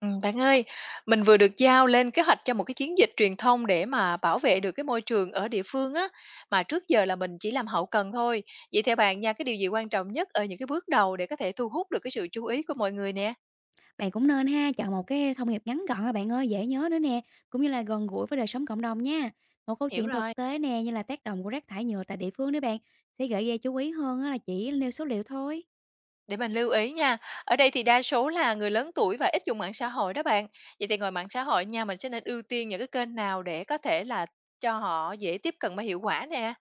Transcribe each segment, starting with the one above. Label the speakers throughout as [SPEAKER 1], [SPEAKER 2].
[SPEAKER 1] Bạn ơi, mình vừa được giao lên kế hoạch cho một cái chiến dịch truyền thông để mà bảo vệ được cái môi trường ở địa phương á, mà trước giờ là mình chỉ làm hậu cần thôi. Vậy theo bạn nha, cái điều gì quan trọng nhất ở những cái bước đầu để có thể thu hút được cái sự chú ý của mọi người nè?
[SPEAKER 2] Bạn cũng nên ha, chọn một cái thông điệp ngắn gọn các bạn ơi, dễ nhớ nữa nè, cũng như là gần gũi với đời sống cộng đồng nha. Một câu
[SPEAKER 1] Hiểu
[SPEAKER 2] chuyện
[SPEAKER 1] rồi,
[SPEAKER 2] thực tế nè, như là tác động của rác thải nhựa tại địa phương đấy bạn, sẽ gợi ra chú ý hơn á là chỉ nêu số liệu thôi.
[SPEAKER 1] để mình lưu ý nha. Ở đây thì đa số là người lớn tuổi và ít dùng mạng xã hội đó bạn. Vậy thì ngoài mạng xã hội nha, mình sẽ nên ưu tiên những cái kênh nào để có thể là cho họ dễ tiếp cận và hiệu quả nè.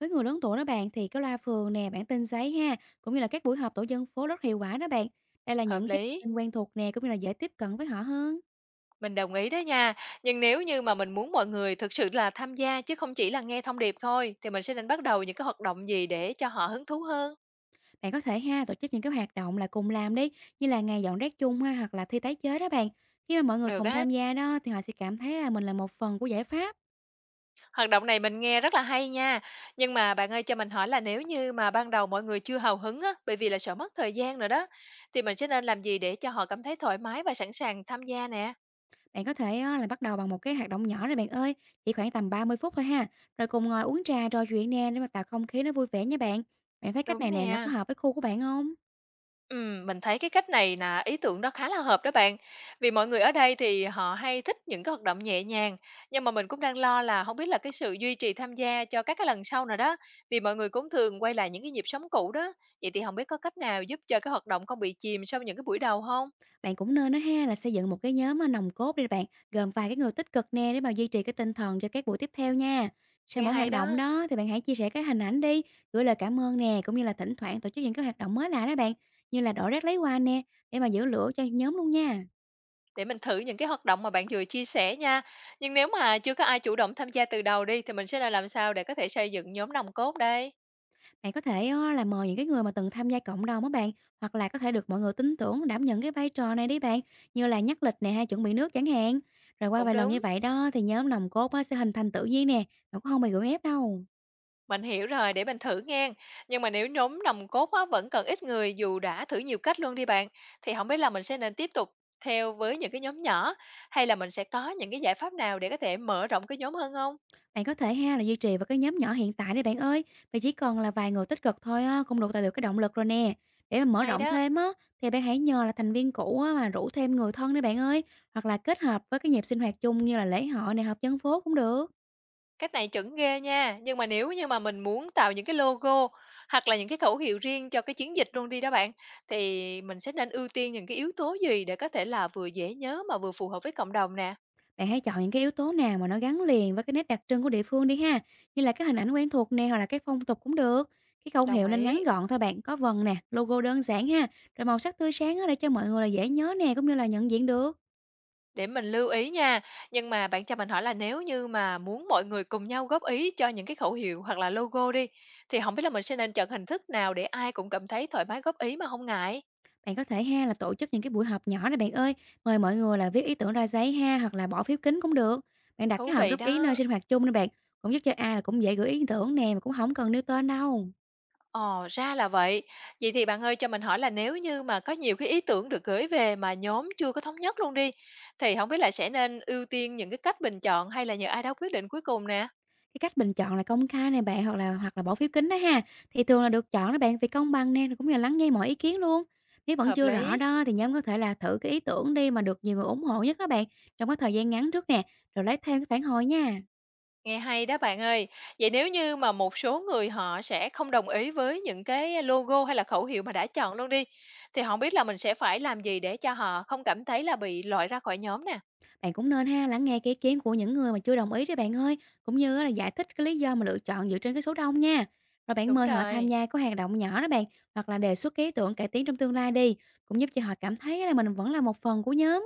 [SPEAKER 2] Với người lớn tuổi đó bạn, thì cái loa phường nè, bản tin giấy ha, cũng như là các buổi họp tổ dân phố rất hiệu quả đó bạn. Đây là
[SPEAKER 1] Hợp
[SPEAKER 2] những cái
[SPEAKER 1] lý.
[SPEAKER 2] kênh quen thuộc nè, cũng như là dễ tiếp cận với họ hơn.
[SPEAKER 1] Mình đồng ý đó nha. Nhưng nếu như mà mình muốn mọi người thực sự là tham gia chứ không chỉ là nghe thông điệp thôi, thì mình sẽ nên bắt đầu những cái hoạt động gì để cho họ hứng thú hơn?
[SPEAKER 2] Bạn có thể ha tổ chức những cái hoạt động là cùng làm đi, như là ngày dọn rác chung ha, hoặc là thi tái chế đó bạn. Khi mà mọi người
[SPEAKER 1] Được
[SPEAKER 2] cùng
[SPEAKER 1] á.
[SPEAKER 2] tham gia đó, thì họ sẽ cảm thấy là mình là một phần của giải pháp.
[SPEAKER 1] Hoạt động này mình nghe rất là hay nha. Nhưng mà bạn ơi cho mình hỏi là nếu như mà ban đầu mọi người chưa hào hứng á, bởi vì là sợ mất thời gian rồi đó, thì mình sẽ nên làm gì để cho họ cảm thấy thoải mái và sẵn sàng tham gia nè?
[SPEAKER 2] Bạn có thể á, là bắt đầu bằng một cái hoạt động nhỏ này bạn ơi, chỉ khoảng tầm 30 phút thôi ha, rồi cùng ngồi uống trà trò chuyện nè, để mà tạo không khí nó vui vẻ nha bạn. Bạn thấy cách
[SPEAKER 1] Đúng
[SPEAKER 2] này nè, nó có
[SPEAKER 1] nè.
[SPEAKER 2] hợp với khu của bạn không?
[SPEAKER 1] Mình thấy cái cách này là ý tưởng đó khá là hợp đó bạn. Vì mọi người ở đây thì họ hay thích những cái hoạt động nhẹ nhàng, nhưng mà mình cũng đang lo là không biết là cái sự duy trì tham gia cho các cái lần sau nào đó, vì mọi người cũng thường quay lại những cái nhịp sống cũ đó. Vậy thì không biết có cách nào giúp cho cái hoạt động không bị chìm sau những cái buổi đầu không?
[SPEAKER 2] Bạn cũng nên đó ha, là xây dựng một cái nhóm mà nòng cốt đi bạn, gồm vài cái người tích cực nè, để mà duy trì cái tinh thần cho các buổi tiếp theo nha. Sau
[SPEAKER 1] Nghe
[SPEAKER 2] mỗi
[SPEAKER 1] hay
[SPEAKER 2] hoạt động
[SPEAKER 1] đó,
[SPEAKER 2] đó, thì bạn hãy chia sẻ cái hình ảnh đi, gửi lời cảm ơn nè, cũng như là thỉnh thoảng tổ chức những cái hoạt động mới lạ đó bạn, như là đổ rác lấy quà nè, để mà giữ lửa cho nhóm luôn nha.
[SPEAKER 1] để mình thử những cái hoạt động mà bạn vừa chia sẻ nha. Nhưng nếu mà chưa có ai chủ động tham gia từ đầu đi thì mình sẽ là làm sao để có thể xây dựng nhóm nòng cốt đây?
[SPEAKER 2] Bạn có thể á, là mời những cái người mà từng tham gia cộng đồng á bạn, hoặc là có thể được mọi người tin tưởng đảm nhận cái vai trò này đấy bạn, như là nhắc lịch nè, hay chuẩn bị nước chẳng hạn. Rồi qua
[SPEAKER 1] Cũng
[SPEAKER 2] vài lần
[SPEAKER 1] đúng.
[SPEAKER 2] như vậy đó, thì nhóm nòng cốt á, sẽ hình thành tự nhiên nè, mà cũng không bị gượng ép đâu.
[SPEAKER 1] Mình hiểu rồi, để mình thử nghe. Nhưng mà nếu nhóm nòng cốt á, vẫn còn ít người dù đã thử nhiều cách luôn đi bạn, thì không biết là mình sẽ nên tiếp tục theo với những cái nhóm nhỏ hay là mình sẽ có những cái giải pháp nào để có thể mở rộng cái nhóm hơn không?
[SPEAKER 2] Bạn có thể ha, là duy trì vào cái nhóm nhỏ hiện tại đấy bạn ơi, vì chỉ cần là vài người tích cực thôi á, cũng đủ tạo được cái động lực rồi nè. Để mà mở
[SPEAKER 1] Hay
[SPEAKER 2] rộng
[SPEAKER 1] đó,
[SPEAKER 2] thêm á, thì bạn hãy nhờ là thành viên cũ á, mà rủ thêm người thân đấy bạn ơi, hoặc là kết hợp với cái nhịp sinh hoạt chung, như là lễ hội này, họp dân phố cũng được.
[SPEAKER 1] cách này chuẩn ghê nha. Nhưng mà nếu như mà mình muốn tạo những cái logo hoặc là những cái khẩu hiệu riêng cho cái chiến dịch luôn đi đó bạn, thì mình sẽ nên ưu tiên những cái yếu tố gì để có thể là vừa dễ nhớ mà vừa phù hợp với cộng đồng nè?
[SPEAKER 2] Bạn hãy chọn những cái yếu tố nào mà nó gắn liền với cái nét đặc trưng của địa phương đi ha, như là cái hình ảnh quen thuộc nè, hoặc là cái phong tục cũng được. Cái khẩu
[SPEAKER 1] Đồng
[SPEAKER 2] hiệu nên
[SPEAKER 1] ý.
[SPEAKER 2] ngắn gọn thôi bạn, có vần nè, logo đơn giản ha, rồi màu sắc tươi sáng á, để cho mọi người là dễ nhớ nè, cũng như là nhận diện được.
[SPEAKER 1] Để mình lưu ý nha. Nhưng mà bạn cho mình hỏi là nếu như mà muốn mọi người cùng nhau góp ý cho những cái khẩu hiệu hoặc là logo đi, thì không biết là mình sẽ nên chọn hình thức nào để ai cũng cảm thấy thoải mái góp ý mà không ngại?
[SPEAKER 2] Bạn có thể ha, là tổ chức những cái buổi họp nhỏ này bạn ơi, mời mọi người là viết ý tưởng ra giấy ha, hoặc là bỏ phiếu kính cũng được. Bạn đặt
[SPEAKER 1] Thú
[SPEAKER 2] cái hòm
[SPEAKER 1] vị
[SPEAKER 2] góp ý nơi
[SPEAKER 1] đó.
[SPEAKER 2] sinh hoạt chung đi bạn, cũng giúp cho ai là cũng dễ gửi ý tưởng nè, mà cũng không cần nêu tên đâu.
[SPEAKER 1] Ồ, ra là vậy. Vậy thì bạn ơi cho mình hỏi là nếu như mà có nhiều cái ý tưởng được gửi về mà nhóm chưa có thống nhất luôn đi, thì không biết là sẽ nên ưu tiên những cái cách bình chọn hay là nhờ ai đó quyết định cuối cùng nè?
[SPEAKER 2] Cái cách bình chọn là công khai này bạn, hoặc là bỏ phiếu kín đó ha, thì thường là được chọn đó bạn, vì công bằng nè, rồi cũng như là lắng nghe mọi ý kiến luôn. Nếu vẫn
[SPEAKER 1] Hợp
[SPEAKER 2] chưa rõ
[SPEAKER 1] lý.
[SPEAKER 2] đó, thì nhóm có thể là thử cái ý tưởng đi mà được nhiều người ủng hộ nhất đó bạn, trong cái thời gian ngắn trước nè, rồi lấy thêm cái phản hồi nha.
[SPEAKER 1] Nghe hay đó bạn ơi. Vậy nếu như mà một số người họ sẽ không đồng ý với những cái logo hay là khẩu hiệu mà đã chọn luôn đi, thì không biết là mình sẽ phải làm gì để cho họ không cảm thấy là bị loại ra khỏi nhóm nè?
[SPEAKER 2] Bạn cũng nên ha, lắng nghe cái ý kiến của những người mà chưa đồng ý đấy bạn ơi, cũng như á, là giải thích cái lý do mà lựa chọn dựa trên cái số đông nha. Rồi bạn
[SPEAKER 1] Đúng
[SPEAKER 2] mời họ tham
[SPEAKER 1] rồi,
[SPEAKER 2] gia có hoạt động nhỏ đó bạn, hoặc là đề xuất cái ý tưởng cải tiến trong tương lai đi, cũng giúp cho họ cảm thấy là mình vẫn là một phần của nhóm.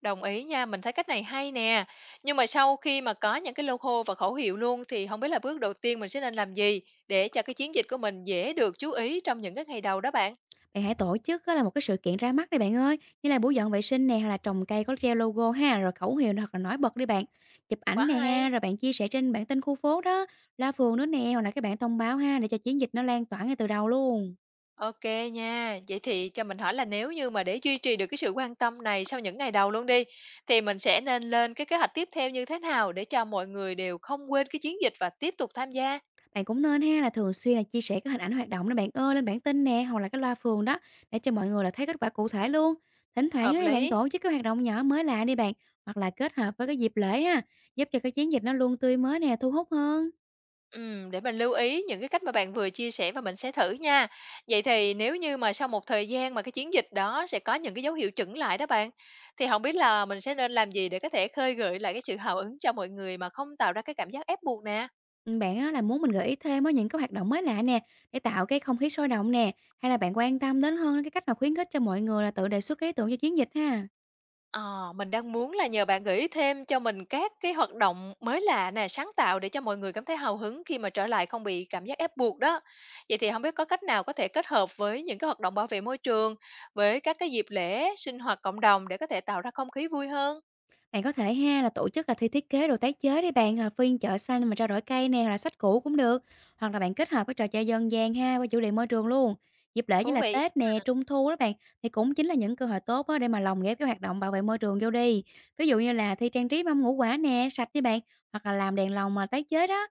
[SPEAKER 1] đồng ý nha, mình thấy cách này hay nè. Nhưng mà sau khi mà có những cái logo và khẩu hiệu luôn thì không biết là bước đầu tiên mình sẽ nên làm gì để cho cái chiến dịch của mình dễ được chú ý trong những cái ngày đầu đó bạn?
[SPEAKER 2] Bạn hãy tổ chức á, là một cái sự kiện ra mắt đi bạn ơi, như là buổi dọn vệ sinh nè, hoặc là trồng cây có treo logo ha, rồi khẩu hiệu hoặc là nói bật đi bạn. Chụp
[SPEAKER 1] Quá
[SPEAKER 2] ảnh nè ha,
[SPEAKER 1] hay.
[SPEAKER 2] rồi bạn chia sẻ trên bản tin khu phố đó, loa phường nữa nè, hoặc là các bạn thông báo ha, để cho chiến dịch nó lan tỏa ngay từ đầu luôn.
[SPEAKER 1] OK nha. Vậy thì cho mình hỏi là nếu như mà để duy trì được cái sự quan tâm này sau những ngày đầu luôn đi, thì mình sẽ nên lên cái kế hoạch tiếp theo như thế nào để cho mọi người đều không quên cái chiến dịch và tiếp tục tham gia?
[SPEAKER 2] Bạn cũng nên ha, là thường xuyên là chia sẻ cái hình ảnh hoạt động đó bạn ơi, lên bản tin nè, hoặc là cái loa phường đó, để cho mọi người là thấy kết quả cụ thể luôn. Thỉnh thoảng
[SPEAKER 1] Hợp
[SPEAKER 2] á, bạn
[SPEAKER 1] lý.
[SPEAKER 2] tổ chức cái hoạt động nhỏ mới lạ đi bạn, hoặc là kết hợp với cái dịp lễ ha, giúp cho cái chiến dịch nó luôn tươi mới nè, thu hút hơn.
[SPEAKER 1] Để mình lưu ý những cái cách mà bạn vừa chia sẻ và mình sẽ thử nha. Vậy thì nếu như mà sau một thời gian mà cái chiến dịch đó sẽ có những cái dấu hiệu chững lại đó bạn, thì không biết là mình sẽ nên làm gì để có thể khơi gợi lại cái sự hào hứng cho mọi người mà không tạo ra cái cảm giác ép buộc nè?
[SPEAKER 2] Bạn á, là muốn mình gợi ý thêm á những cái hoạt động mới lạ nè, để tạo cái không khí sôi động nè, hay là bạn quan tâm đến hơn cái cách mà khuyến khích cho mọi người là tự đề xuất cái ý tưởng cho chiến dịch ha?
[SPEAKER 1] Ờ, mình đang muốn là nhờ bạn gợi ý thêm cho mình các cái hoạt động mới lạ nè, sáng tạo để cho mọi người cảm thấy hào hứng khi mà trở lại không bị cảm giác ép buộc đó. Vậy thì không biết có cách nào có thể kết hợp với những cái hoạt động bảo vệ môi trường, với các cái dịp lễ, sinh hoạt cộng đồng để có thể tạo ra không khí vui hơn?
[SPEAKER 2] Bạn có thể ha, là tổ chức là thi thiết kế đồ tái chế đi bạn, à, phiên chợ xanh mà trao đổi cây nè, hoặc là sách cũ cũng được, hoặc là bạn kết hợp cái trò chơi dân gian ha với chủ đề môi trường luôn. Dịp lễ như
[SPEAKER 1] Thú
[SPEAKER 2] là
[SPEAKER 1] vị,
[SPEAKER 2] Tết nè, Trung thu đó bạn, thì cũng chính là những cơ hội tốt á, để mà lồng ghép cái hoạt động bảo vệ môi trường vô đi. Ví dụ như là thi trang trí mâm ngũ quả nè, sạch đi bạn, hoặc là làm đèn lồng mà tái chế đó.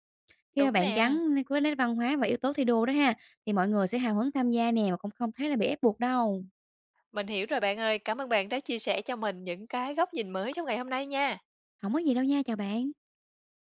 [SPEAKER 2] Khi mà
[SPEAKER 1] đúng
[SPEAKER 2] bạn
[SPEAKER 1] nè.
[SPEAKER 2] gắn với nét văn hóa và yếu tố thi đua đó ha, thì mọi người sẽ hào hứng tham gia nè, mà cũng không thấy là bị ép buộc đâu.
[SPEAKER 1] Mình hiểu rồi bạn ơi, cảm ơn bạn đã chia sẻ cho mình những cái góc nhìn mới trong ngày hôm nay nha.
[SPEAKER 2] Không có gì đâu nha, chào bạn.